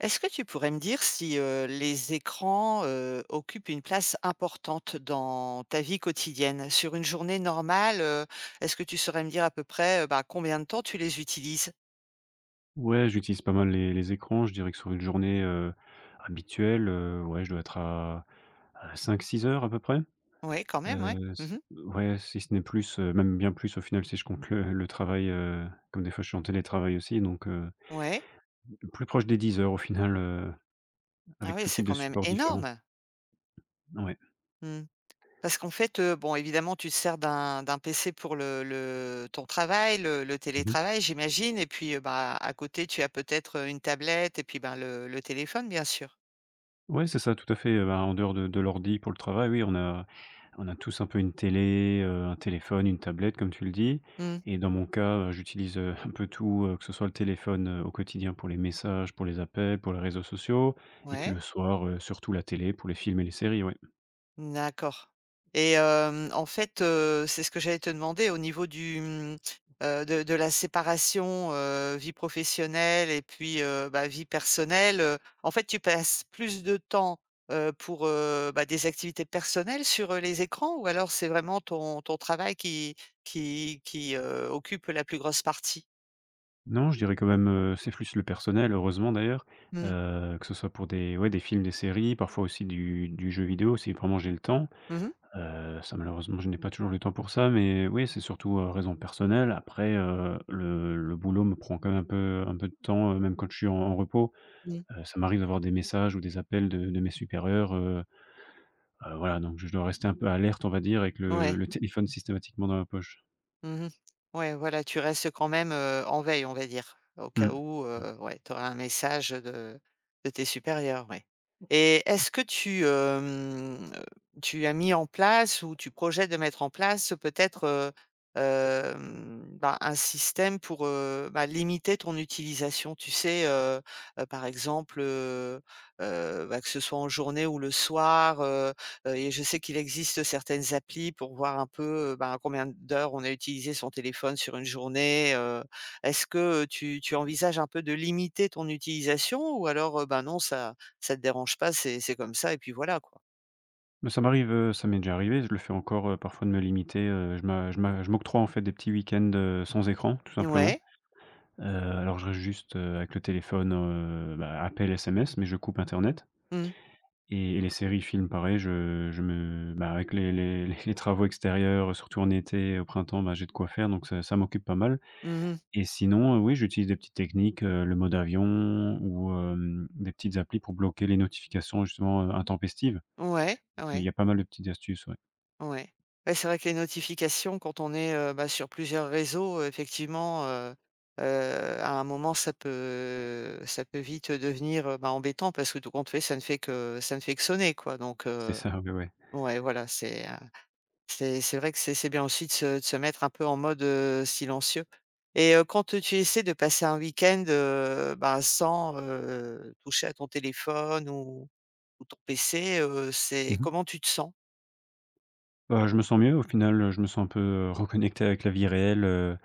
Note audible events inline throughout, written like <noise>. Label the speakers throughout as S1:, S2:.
S1: Est-ce que tu pourrais me dire si, les écrans, occupent une place importante dans ta vie quotidienne? Sur une journée normale, est-ce que tu saurais me dire à peu près, bah, combien de temps tu les utilises?
S2: Ouais, j'utilise pas mal les écrans. Je dirais que sur une journée, habituelle, ouais, je dois être à 5-6 heures à peu près.
S1: Oui, quand même, oui.
S2: S
S1: Mmh.
S2: ouais, si ce n'est plus, même bien plus au final si je compte le travail, comme des fois je suis en télétravail aussi donc
S1: Ouais.
S2: plus proche des 10 heures au final,
S1: Ah
S2: avec
S1: oui,
S2: tout
S1: c'est
S2: type de
S1: quand même
S2: supports différents.
S1: énorme.
S2: Ouais.
S1: Mmh. Parce qu'en fait, bon, évidemment, tu te sers d'un PC pour le ton travail, le
S2: Mmh.
S1: télétravail, j'imagine, et puis, bah, à côté, tu as peut-être, une tablette et puis, ben, le téléphone, bien sûr.
S2: Ouais, c'est ça, tout à fait, bah, en dehors de l'ordi pour le travail, oui, on a tous un peu une télé, un téléphone, une tablette comme tu le dis
S1: Mmh.
S2: et dans mon cas, j'utilise, <laughs> un peu tout, que ce soit le téléphone, au quotidien pour les messages, pour les appels, pour les réseaux sociaux et puis
S1: Ouais.
S2: le soir, surtout la télé pour les films et les séries, ouais.
S1: D'accord. Et en fait, c'est ce que j'allais te demander au niveau du, mmh, de la séparation, vie professionnelle et puis, bah, vie personnelle, en fait, tu passes plus de temps, pour, bah, des activités personnelles sur, les écrans, ou alors c'est vraiment ton travail qui occupe la plus grosse partie?
S2: Non, je dirais quand même, c'est plus le personnel, heureusement d'ailleurs,
S1: Mmh.
S2: heu, que ce soit pour des ouais, des films, des séries, parfois aussi du jeu vidéo si vraiment j'ai le temps.
S1: Mmh.
S2: Ça malheureusement, je n'ai pas toujours le temps pour ça, mais oui, c'est surtout, raison personnelle. Après, le boulot me prend quand même un peu de temps, même quand je suis en repos.
S1: Mmh.
S2: Ça m'arrive d'avoir des messages ou des appels de mes supérieurs, voilà, donc je dois rester un peu alerte, on va dire, avec le
S1: Ouais.
S2: le téléphone systématiquement dans la poche.
S1: Mmh. Ouais, voilà, tu restes quand même, en veille, on va dire, au cas
S2: Mmh.
S1: où, ouais, tu aurais un message de tes supérieurs, ouais. Et est-ce que tu as mis en place ou tu projettes de mettre en place peut-être, bah, un système pour, bah, limiter ton utilisation? Tu sais, par exemple, bah, que ce soit en journée ou le soir. Et je sais qu'il existe certaines applis pour voir un peu, ben, combien d'heures on a utilisé son téléphone sur une journée. Est-ce que tu envisages un peu de limiter ton utilisation, ou alors, ben, non, ça te dérange pas, c'est comme ça et puis voilà quoi?
S2: Mais ça m'arrive, ça m'est déjà arrivé, je le fais encore, parfois de me limiter, je m'octroie, en fait, des petits week-ends, sans écran, tout simplement.
S1: Ouais.
S2: Alors je reste juste, avec le téléphone, bah, appels, SMS, mais je coupe internet.
S1: Mmh.
S2: Et les séries, films, pareil, je me bah, avec les travaux extérieurs, surtout en été, au printemps, bah, j'ai de quoi faire donc ça m'occupe pas mal
S1: Mmh.
S2: et sinon, oui, j'utilise des petites techniques, le mode avion ou hem, des petites applis pour bloquer les notifications justement, intempestives.
S1: Ouais,
S2: Il y
S1: ouais.
S2: a pas mal de petites astuces, ouais.
S1: Ouais. Ouais, c'est vrai que les notifications, quand on est, bah, sur plusieurs réseaux, effectivement, à un moment ça peut vite devenir, bah, embêtant, parce que tout compte fait, ça ne fait que sonner quoi, donc
S2: C'est ça, ouais, ouais.
S1: ouais voilà, c'est, c'est vrai que c'est bien aussi de se mettre un peu en mode, silencieux. Et quand tu essaies de passer un week-end, bah, sans, toucher à ton téléphone ou ton PC, c'est
S2: Mmh.
S1: comment tu te sens?
S2: Je me sens mieux au final, je me sens un peu, reconnecté avec la vie réelle, heu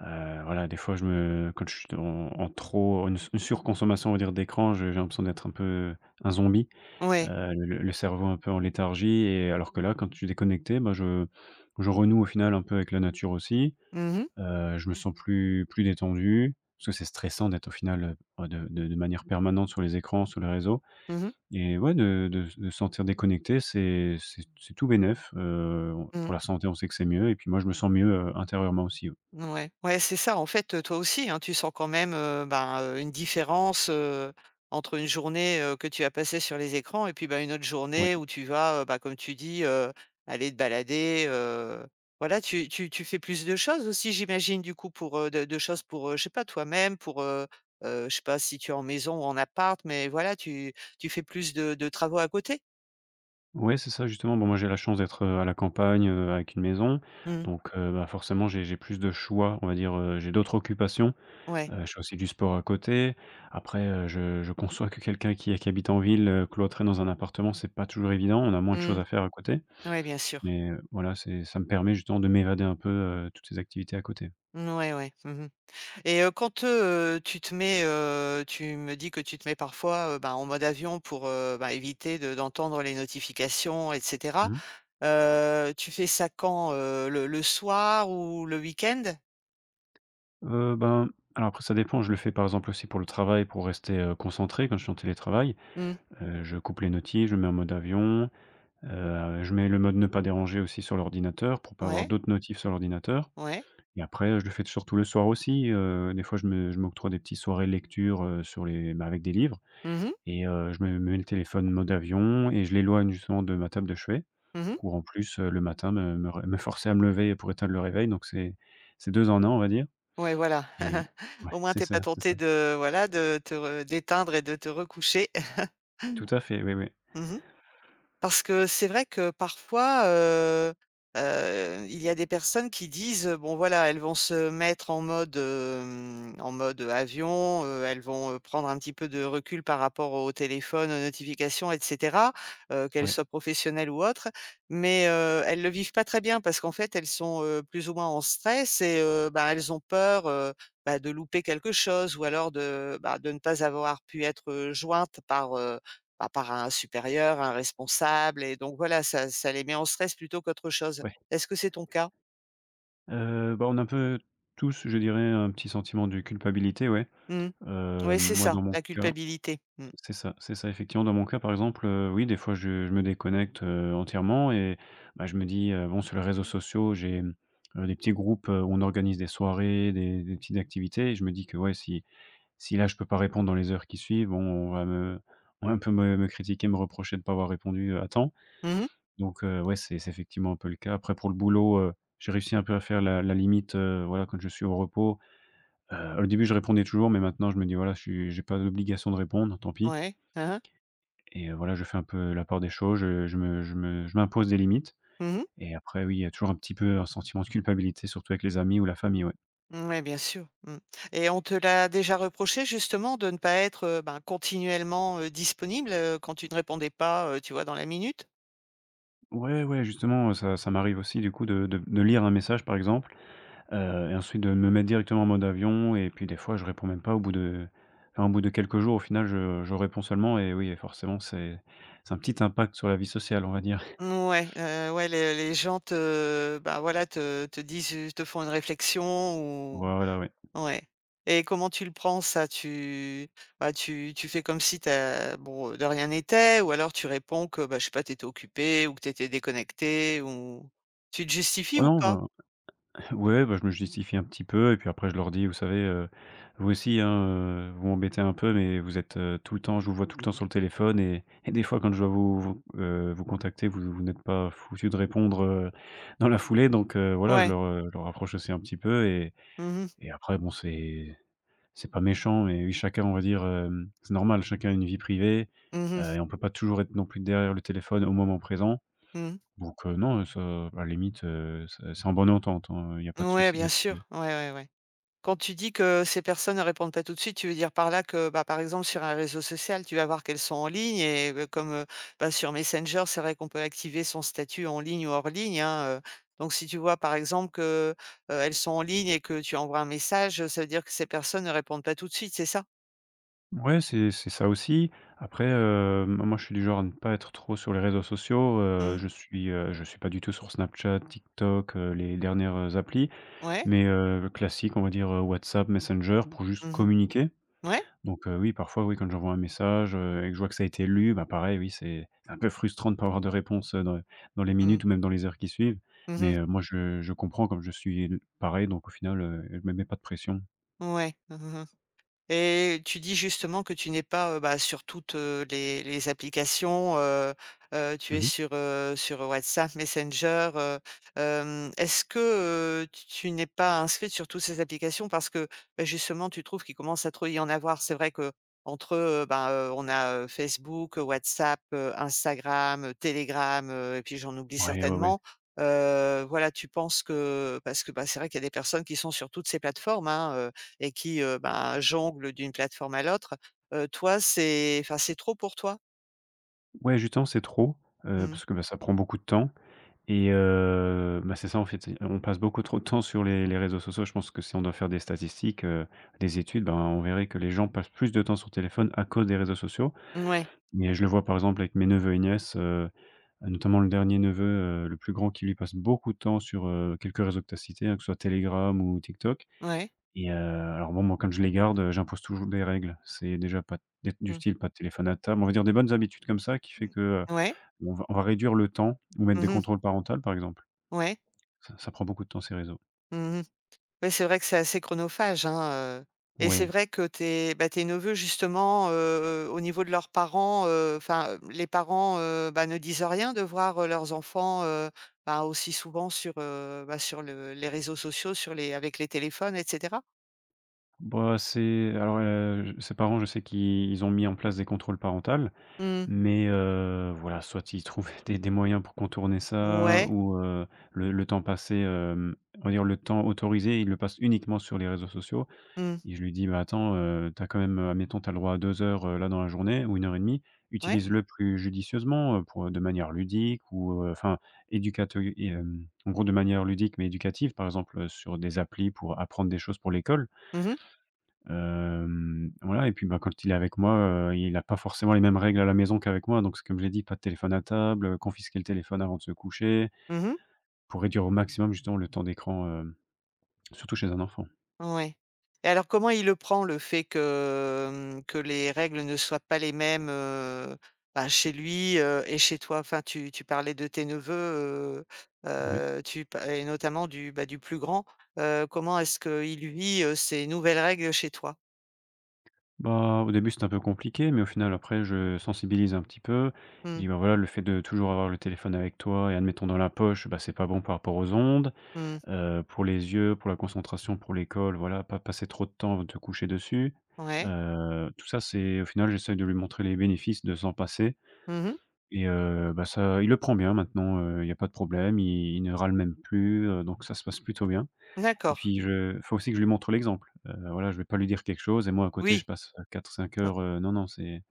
S2: heu, voilà, des fois je me quand je suis en trop, une surconsommation on va dire d'écran, je j'ai l'impression d'être un peu un zombie,
S1: Ouais.
S2: heu, le cerveau un peu en léthargie et alors que là, quand je suis déconnecté, bah, je renoue au final un peu avec la nature aussi,
S1: Mmh mh.
S2: heu, je me sens plus détendu, parce que c'est stressant d'être au final, de manière permanente sur les écrans, sur les réseaux.
S1: Mmh.
S2: Et ouais, de se sentir déconnecté, c'est tout bénef, on pour
S1: Mmh.
S2: la santé, on sait que c'est mieux et puis moi, je me sens mieux, intérieurement aussi,
S1: Ouais, ouais, c'est ça. En fait, toi aussi, hein, tu sens quand même, ben, une différence, entre une journée, que tu as passée sur les écrans, et puis, bah, une autre
S2: ouais.
S1: journée où tu vas, bah, comme tu dis, aller te balader, voilà, tu fais plus de choses aussi, j'imagine, du coup, pour, de choses pour, je sais pas, toi-même, pour, je sais pas si tu es en maison ou en appart, mais voilà, tu fais plus de travaux à côté?
S2: Ouais, c'est ça justement. Bon, moi, j'ai la chance d'être, à la campagne, avec une maison
S1: Mmh.
S2: donc bah, forcément, j'ai plus de choix, on va dire, j'ai d'autres occupations,
S1: Ouais.
S2: heu, je fais aussi du sport à côté. Après, je conçois que quelqu'un qui habite en ville, cloîtré dans un appartement, c'est pas toujours évident, on a moins de choses
S1: Mmh.
S2: à faire à côté
S1: Ouais, bien sûr.
S2: mais voilà, c'est ça me permet justement de m'évader un peu, toutes ces activités à côté.
S1: Mouais, ouais, ouais. Mmh mh. Et quand, tu te mets, tu me dis que tu te mets parfois, ben, en mode avion pour, bah, éviter de d'entendre les notifications et cetera.
S2: Mmh.
S1: Tu fais ça quand, le soir ou le week-end?
S2: Ben, alors après ça dépend, je le fais par exemple aussi pour le travail, pour rester, concentré quand je suis en télétravail.
S1: Mmh.
S2: Je coupe les notifs, je mets en mode avion, je mets le mode ne pas déranger aussi sur l'ordinateur pour pas avoir
S1: Ouais,
S2: d'autres notifs sur l'ordinateur
S1: ouais.
S2: et après je le fais surtout le soir aussi, des fois je m'octroie des petites soirées lecture, sur les bah, avec des livres
S1: Mmh mh.
S2: et je me mets le téléphone mode avion et je l'éloigne justement de ma table de chevet
S1: Mmh.
S2: pour en plus, le matin me forcer à me lever pour éteindre le réveil donc c'est 2 en un on va dire
S1: Ouais, voilà.
S2: et
S1: <laughs> Au
S2: ouais,
S1: moins,
S2: c'est
S1: t'es
S2: ça,
S1: pas
S2: c'est ça.
S1: tenté de voilà, de te re d'éteindre et de te recoucher.
S2: Tout à fait, oui, oui.
S1: <laughs> Parce que c'est vrai que parfois, il y a des personnes qui disent, bon voilà, elles vont se mettre en mode, avion, elles vont, prendre un petit peu de recul par rapport au téléphone, aux notifications et cetera, qu'elles
S2: Ouais,
S1: soient professionnelles ou autres. Mais, elles le vivent pas très bien, parce qu'en fait, elles sont, plus ou moins en stress, et bah, elles ont peur, bah, de louper quelque chose, ou alors de, bah, de ne pas avoir pu être, jointes par, bah, par un supérieur, un responsable, et donc voilà, ça les met en stress plutôt qu'autre chose.
S2: ouais.
S1: Est-ce que c'est ton cas?
S2: Bah, on a un peu tous, je dirais, un petit sentiment de culpabilité, ouais.
S1: Mmh.
S2: Heu,
S1: Ouais, c'est
S2: moi,
S1: ça,
S2: dans mon
S1: la
S2: cas
S1: culpabilité. Mmh.
S2: c'est ça, effectivement. Dans mon cas, par exemple, oui, des fois, je me déconnecte, entièrement et bah, je me dis, bon, sur les réseaux sociaux, j'ai, mmh, des petits groupes, où on organise des soirées, des petites activités et je me dis que, ouais, si si là, je peux pas répondre dans les heures qui suivent, bon, on va me on va un peu me critiquer, me reprocher de pas avoir répondu, à temps.
S1: Mmh.
S2: Donc ouais, c'est effectivement un peu le cas. Après pour le boulot, j'ai réussi un peu à faire la limite, voilà, quand je suis au repos. Au début, je répondais toujours, mais maintenant je me dis: «Voilà, je suis j'ai pas l'obligation de répondre, tant pis»
S1: Ouais. Hein hein.
S2: et voilà, je fais un peu la part des choses. Je m'impose des limites
S1: Mmh.
S2: et après oui, il y a toujours un petit peu un sentiment de culpabilité, surtout avec les amis ou la famille, ouais.
S1: Ouais, bien sûr. Mmh. Et on te l'a déjà reproché justement, de ne pas être, ben, continuellement, disponible, quand tu ne répondais pas, tu vois, dans la minute?
S2: Ouais, ouais, justement, ça m'arrive aussi du coup de lire un message, par exemple. Et ensuite de me mettre directement en mode avion et puis des fois je réponds même pas au bout de enfin au bout de quelques jours au final je réponds seulement et oui forcément c'est un petit impact sur la vie sociale on va dire. <laughs>
S1: Ouais, ouais, les gens te, ben voilà, te disent, te font une réflexion ou...
S2: Voilà ouais.
S1: Ouais. Et comment tu le prends ça? Tu bah, tu tu fais comme si t'as bon, de rien n'était, ou alors tu réponds que, bah, je sais pas, t'étais occupé, ou que t'étais déconnecté, ou tu te justifies
S2: Oh
S1: ou
S2: non
S1: pas?
S2: ben <laughs> ouais, bah, je me justifie un petit peu et puis après je leur dis: «Vous savez, vous aussi hein, vous m'embêtez un peu mais vous êtes, tout le temps je vous vois tout le temps sur le téléphone et des fois quand je dois vous vous contacter vous n'êtes pas foutus de répondre, dans la foulée» donc voilà je
S1: Ouais.
S2: leur, je leur rapproche aussi un petit peu
S1: Mhm
S2: et après bon c'est pas méchant, mais oui, chacun, on va dire, hem, c'est normal, chacun a une vie privée,
S1: mhm
S2: heu, et
S1: mhm.
S2: on peut pas toujours être non plus derrière le téléphone au moment présent. Donc, non, ça, à la limite, c'est en bonne entente, hein, il y a pas de
S1: Ouais,
S2: souci
S1: bien
S2: là-dessus.
S1: sûr. Ouais, ouais, ouais. Quand tu dis que ces personnes ne répondent pas tout de suite, tu veux dire par là que, bah, par exemple, sur un réseau social, tu vas voir qu'elles sont en ligne et comme, bah, sur Messenger, c'est vrai qu'on peut activer son statut en ligne ou hors ligne, hein, donc si tu vois, par exemple, que, elles sont en ligne et que tu envoies un message, ça veut dire que ces personnes ne répondent pas tout de suite, c'est ça?
S2: Ouais, c'est ça aussi. Après, moi je suis du genre à ne pas être trop sur les réseaux sociaux,
S1: Mmh.
S2: je suis, je suis pas du tout sur Snapchat, TikTok, les dernières applis,
S1: Ouais.
S2: mais, classique, on va dire, WhatsApp, Messenger pour juste
S1: Mmh.
S2: communiquer.
S1: Ouais?
S2: Donc oui, parfois, oui, quand j'envoie un message, et que je vois que ça a été lu, bah, pareil, oui, c'est un peu frustrant de pas avoir de réponse, dans dans les
S1: Mmh.
S2: minutes ou même dans les heures qui suivent. Mais
S1: Mmh.
S2: moi, je comprends comme je suis pareil, donc au final, je me mets pas de pression.
S1: Ouais. Mmh. Et tu dis justement que tu n'es pas, bah, sur toutes, les applications, tu
S2: Mmh
S1: es
S2: mh.
S1: sur, sur WhatsApp, Messenger, est-ce que, tu n'es pas inscrite sur toutes ces applications? Parce que, bah, justement, tu trouves qu'il commence à trop y en avoir. C'est vrai qu'entre, bah, on a, Facebook, WhatsApp, Instagram, Telegram, et puis j'en oublie
S2: Ouais, ouais, ouais.
S1: certainement. Voilà, tu penses que, parce que, bah, c'est vrai qu'il y a des personnes qui sont sur toutes ces plateformes, hein, et qui, ben, jonglent d'une plateforme à l'autre, toi, c'est, enfin, c'est trop pour toi?
S2: Ouais, justement, c'est trop,
S1: Mmh.
S2: parce que, bah, ça prend beaucoup de temps et bah, c'est ça, en fait, c'est on passe beaucoup trop de temps sur les réseaux sociaux. Je pense que si on doit faire des statistiques, des études, ben, on verrait que les gens passent plus de temps sur téléphone à cause des réseaux sociaux.
S1: Ouais,
S2: Mais je le vois, par exemple, avec mes neveux et nièces. Notamment le dernier neveu, le plus grand qui lui passe beaucoup de temps sur, quelques réseaux que tu as cités, hein, que ce soit Telegram ou TikTok
S1: ouais.
S2: et alors bon, moi quand je les garde, j'impose toujours des règles. C'est déjà pas des du
S1: Mmh.
S2: style pas de téléphone à table, on va dire des bonnes habitudes comme ça qui fait
S1: Mmh.
S2: que,
S1: Ouais.
S2: on va réduire le temps ou mettre des
S1: Mmh.
S2: contrôles parentaux par exemple.
S1: Ouais.
S2: Ça prend beaucoup de temps ces réseaux.
S1: Mmh. Ouais, c'est vrai que c'est assez chronophage, hein, et c'est
S2: Ouais,
S1: vrai que tes bah, tes neveux justement, au niveau de leurs parents, enfin, les parents, bah, ne disent rien de voir, leurs enfants, bah, aussi souvent sur, bah, sur le les réseaux sociaux, sur les avec les téléphones et cetera?
S2: bah, c'est ses parents je sais qu'ils ils ont mis en place des contrôles parentaux.
S1: Mmh.
S2: Voilà, soit ils trouvent <laughs> des moyens pour contourner ça
S1: Ouais.
S2: ou le temps passé, on va dire le temps autorisé, ils le passent uniquement sur les réseaux sociaux.
S1: Mmh.
S2: Et je lui dis: «Bah, attends, tu quand même, admettons, t'as le droit à 2 heures, là, dans la journée ou 1 heure et demie,
S1: Ouais.
S2: utilise-le plus judicieusement, pour de manière ludique ou enfin, éducate euh, en gros, de manière ludique mais éducative, par exemple, sur des applis pour apprendre des choses pour l'école».
S1: Mmh mh.
S2: Voilà et puis, bah, quand il est avec moi, il n'a pas forcément les mêmes règles à la maison qu'avec moi, donc c'est comme je l'ai dit, pas de téléphone à table, confisquer le téléphone avant de se coucher,
S1: Mmh.
S2: pour réduire au maximum justement le temps d'écran, surtout chez un enfant.
S1: Ouais. Et alors comment il le prend, le fait que, que les règles ne soient pas les mêmes, bah, chez lui, et chez toi? Enfin, tu parlais de tes neveux,
S2: Ouais.
S1: tu pa et notamment du, bah, du plus grand. Comment est-ce qu'il vit, ces nouvelles règles chez toi?
S2: Bah, au début, c'était un peu compliqué, mais au final, après, je sensibilise un petit peu. Et
S1: Mmh.
S2: dis: «Bah, voilà, le fait de toujours avoir le téléphone avec toi et admettons dans la poche, bah, c'est pas bon par rapport aux ondes».
S1: Mmh.
S2: Pour les yeux, pour la concentration, pour l'école, voilà, pas passer trop de temps avant de te coucher dessus.
S1: Ouais.
S2: Tout ça, c'est au final, j'essaye de lui montrer les bénéfices de s'en passer.
S1: Mmh.
S2: Et bah, ça il le prend bien maintenant, il y a pas de problème, il ne râle même plus, donc ça se passe plutôt bien. Et
S1: D'accord.
S2: puis il faut aussi que je lui montre l'exemple. Voilà, je vais pas lui dire quelque chose et moi à côté je
S1: Oui.
S2: passe quatre cinq
S1: Heu,
S2: heures, non, non, c'est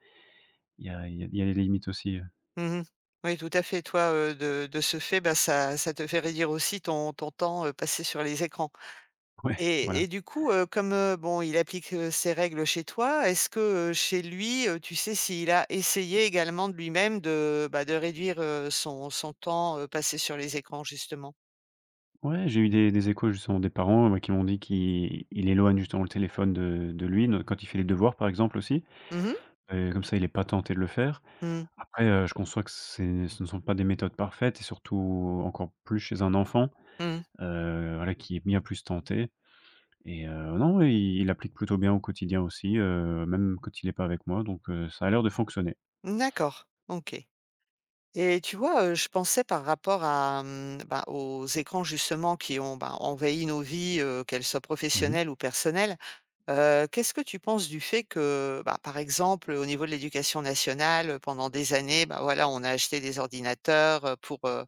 S2: il y a il y a il y a des limites aussi,
S1: mmh Oui, tout à fait. Toi, de ce fait, bah, ça te fait réduire aussi ton temps, passé sur les écrans.
S2: ouais,
S1: Et
S2: voilà.
S1: du coup, comme, bon, il applique, ses règles chez toi, est-ce que, chez lui, tu sais s'il a essayé également, de lui-même, de, bah, de réduire, son temps, passé sur les écrans justement?
S2: Ouais, j'ai eu des échos justement des parents, qui m'ont dit qu'il il éloigne justement le téléphone de lui, ne quand il fait les devoirs par exemple aussi,
S1: Mmh mh.
S2: comme ça il est pas tenté de le faire.
S1: Mmh.
S2: Après, je conçois que c'est ce ne sont pas des méthodes parfaites et surtout encore plus chez un enfant,
S1: Mmh.
S2: voilà qui est bien plus tenté. Et non, ouais, il applique plutôt bien au quotidien aussi, même quand il n'est pas avec moi donc ça a l'air de fonctionner.
S1: D'accord. OK. Et tu vois, je pensais par rapport à, mmh, bah, aux écrans justement, qui ont, bah, envahi nos vies, qu'elles soient
S2: Mmh,
S1: professionnelles ou personnelles. Qu'est-ce que tu penses du fait que, bah, par exemple, au niveau de l'éducation nationale, pendant des années, bah, voilà, on a acheté des ordinateurs, heu,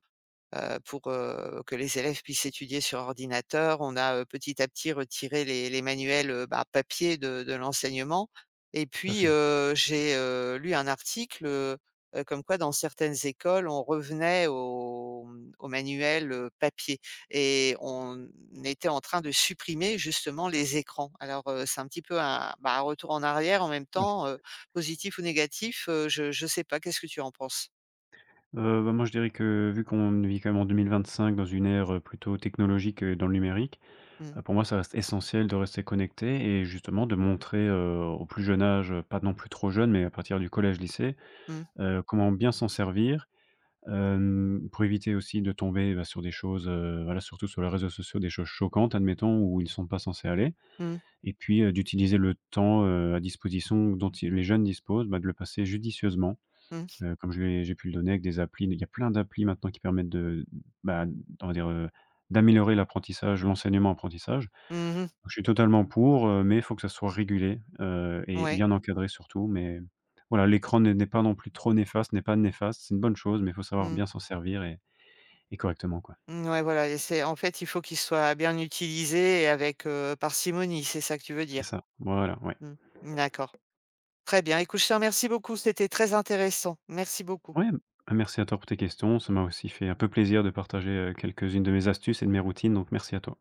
S1: heu, pour, que les élèves puissent étudier sur ordinateur. On a, petit à petit, retiré les manuels, bah, papier, de l'enseignement, et
S2: tout à
S1: puis,
S2: fait.
S1: j'ai, lu un article, comme quoi, dans certaines écoles, on revenait aux, aux manuels papier, et on était en train de supprimer justement les écrans. Alors, c'est un petit peu un, un retour en arrière, en même
S2: Ouais.
S1: temps, positif ou négatif, je ne sais pas. Qu'est-ce que tu en penses?
S2: Bah, moi je dirais que vu qu'on vit quand même en 2025 dans une ère, plutôt technologique et dans le numérique.
S1: Mmh.
S2: Pour moi, ça reste essentiel de rester connecté et justement de montrer, au plus jeune âge, pas non plus trop jeune, mais à partir du collège-lycée,
S1: Mmh.
S2: comment bien s'en servir, pour éviter aussi de tomber, bah, sur des choses, voilà, surtout sur les réseaux sociaux, des choses choquantes, admettons, où ils ne sont pas censés aller.
S1: Mmh.
S2: Et puis, d'utiliser le temps, à disposition dont ils les jeunes disposent, bah, de le passer judicieusement,
S1: Mmh.
S2: comme je l'ai j'ai pu le donner avec des applis. Il y a plein d'applis maintenant qui permettent de, bah, on va dire, d'améliorer l'apprentissage, l'enseignement-apprentissage.
S1: Mmh.
S2: Je suis totalement pour, mais il faut que ça soit régulé, et
S1: Ouais.
S2: bien encadré surtout, mais voilà, l'écran n'est pas non plus trop néfaste, n'est pas néfaste, c'est une bonne chose, mais il faut savoir
S1: Mmh.
S2: bien s'en servir et correctement, quoi.
S1: Mmh, ouais, voilà, et c'est, en fait, il faut qu'il soit bien utilisé et avec, parcimonie, c'est ça que tu veux
S2: C'est
S1: dire?
S2: ça, voilà, ouais.
S1: Mmh. D'accord. Très bien. Écoute, je te remercie beaucoup, c'était très intéressant. Merci beaucoup.
S2: Ouais, ah, merci à toi pour tes questions, ça m'a aussi fait un peu plaisir de partager, quelques-unes de mes astuces et de mes routines, donc merci à toi.